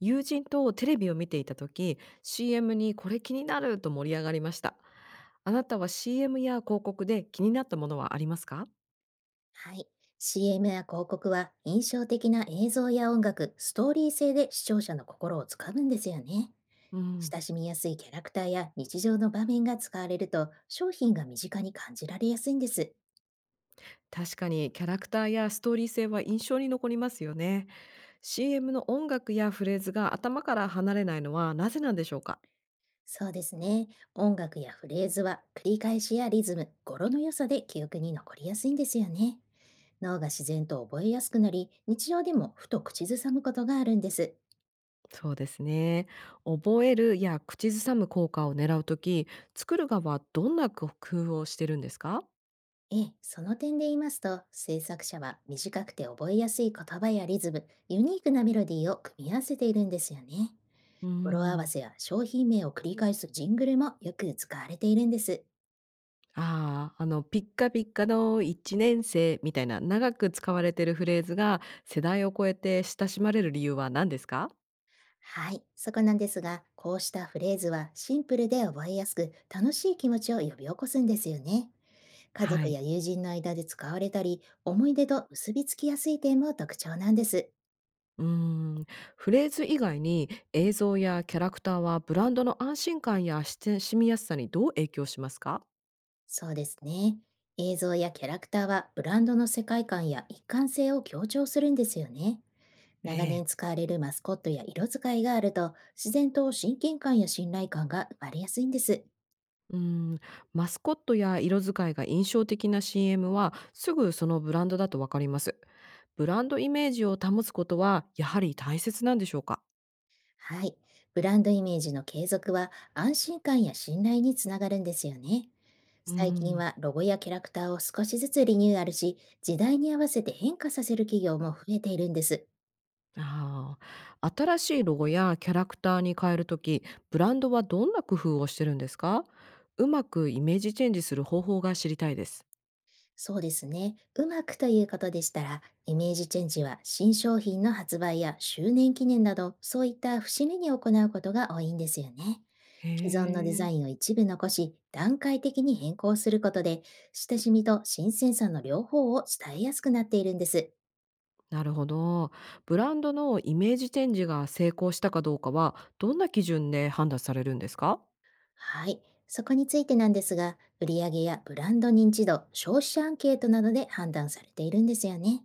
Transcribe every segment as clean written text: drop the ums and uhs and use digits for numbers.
友人とテレビを見ていた時 CM にこれ気になると盛り上がりました。あなたは CM や広告で気になったものはありますか？はい。CM や広告は印象的な映像や音楽、ストーリー性で視聴者の心をつかむんですよね。うん。親しみやすいキャラクターや日常の場面が使われると、商品が身近に感じられやすいんです。確かにキャラクターやストーリー性は印象に残りますよね。 CM の音楽やフレーズが頭から離れないのはなぜなんでしょうか？そうですね。音楽やフレーズは繰り返しやリズム、語呂の良さで記憶に残りやすいんですよね。脳が自然と覚えやすくなり、日常でもふと口ずさむことがあるんです。そうですね。覚えるや口ずさむ効果を狙うとき作る側はどんな工夫をしてるんですか？ええ、その点で言いますと、制作者は短くて覚えやすい言葉やリズム、ユニークなメロディーを組み合わせているんですよね。う語呂合わん。せや商品名を繰り返すジングルもよく使われているんです。ああ、ピッカピッカの1年生みたいな長く使われてるフレーズが、世代を超えて親しまれる理由は何ですか？はい、そこなんですが、こうしたフレーズはシンプルで覚えやすく、楽しい気持ちを呼び起こすんですよね。家は族い。や友人の間で使われたり、思い出と結びつきやすい点も特徴なんです。うーん、フレーズ以外に映像やキャラクターはブランドの安心感やし親しみやすさにどう影響しますか？そうですね。映像やキャラクターはブランドの世界観や一貫性を強調するんですよね。え長え。年使われるマスコットや色使いがあると、自然と親近感や信頼感が生まれやすいんです。うーん、マスコットや色使いが印象的な CM は、すぐそのブランドだとわかります。ブランドイメージを保つことは、やはり大切なんでしょうか？はい。ブランドイメージの継続は安心感や信頼につながるんですよね。うー最近ん。はロゴやキャラクターを少しずつリニューアルし、時代に合わせて変化させる企業も増えているんです。ああ、新しいロゴやキャラクターに変えるとき、ブランドはどんな工夫をしてるんですか？うまくイメージチェンジする方法が知りたいです。そうですね。うまくということでしたら、イメージチェンジは新商品の発売や周年記念など、そういった節目に行うことが多いんですよね。へ既存のデえ、ザインを一部残し、段階的に変更することで、親しみと新鮮さの両方を伝えやすくなっているんです。なるほど。ブランドのイメージチェンジが成功したかどうかは、どんな基準で判断されるんですか？はい。そこについてなんですが、売上やブランド認知度、消費者アンケートなどで判断されているんですよね。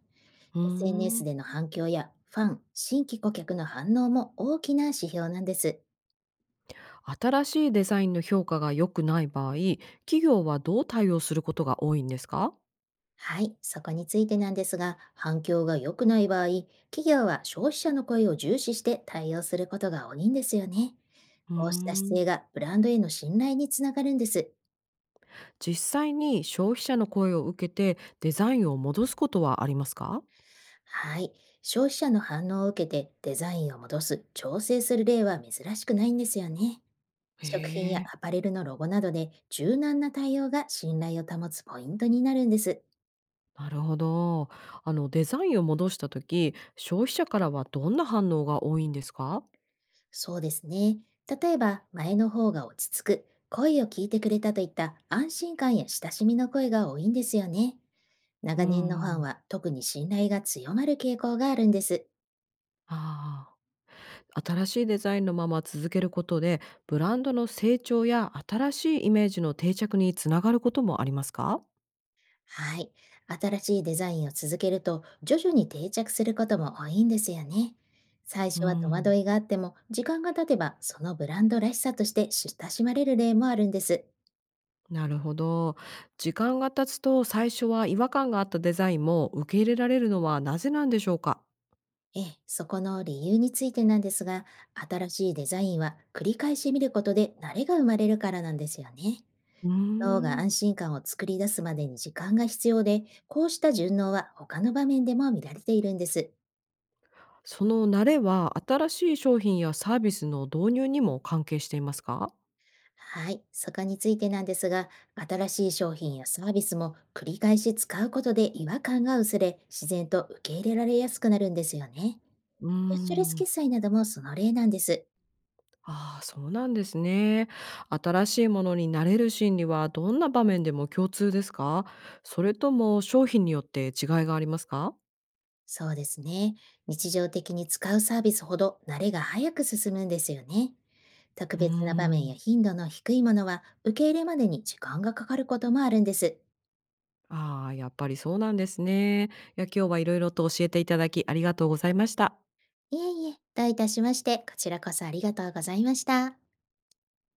うー SNS ん、での反響やファン、新規顧客の反応も大きな指標なんです。新しいデザインの評価が良くない場合、企業はどう対応することが多いんですか？はい、そこについてなんですが、反響が良くない場合、企業は消費者の声を重視して対応することが多いんですよね。うーこうした姿勢ん。がブランドへの信頼につながるんです。実際に消費者の声を受けてデザインを戻すことはありますか？はい、消費者の反応を受けてデザインを戻す、調整する例は珍しくないんですよね。へ食品やえ。アパレルのロゴなどで柔軟な対応が信頼を保つポイントになるんです。なるほど。あのデザインを戻した時、消費者からはどんな反応が多いんですか？そうですね。例えば、前の方が落ち着く、声を聞いてくれたといった安心感や親しみの声が多いんですよね。う長年のファンん。は特に信頼が強まる傾向があるんです。ああ、新しいデザインのまま続けることで、ブランドの成長や新しいイメージの定着につながることもありますか？はい。新しいデザインを続けると徐々に定着することも多いんですよね。最う初は戸惑ん、いがあっても、時間が経てば、そのブランドらしさとして親しまれる例もあるんです。なるほど。時間が経つと最初は違和感があったデザインも受け入れられるのはなぜなんでしょうか？ええ、そこの理由についてなんですが、新しいデザインは繰り返し見ることで慣れが生まれるからなんですよね。うー脳がん。安心感を作り出すまでに時間が必要で、こうした順応は他の場面でも見られているんです。その慣れは、新しい商品やサービスの導入にも関係していますか？はい、そこについてなんですが、新しい商品やサービスも繰り返し使うことで違和感が薄れ、自然と受け入れられやすくなるんですよね。うーキャッシュレスん。決済などもその例なんです。ああ、そうなんですね。新しいものに慣れる心理はどんな場面でも共通ですか？それとも商品によって違いがありますか？そうですね。日常的に使うサービスほど慣れが早く進むんですよね。特うー別な場面やん。頻度の低いものは受け入れまでに時間がかかることもあるんです。ああ、やっぱりそうなんですね。いや、今日はいろいろと教えていただきありがとうございました。いえいえ、どういたしまして、こちらこそありがとうございました。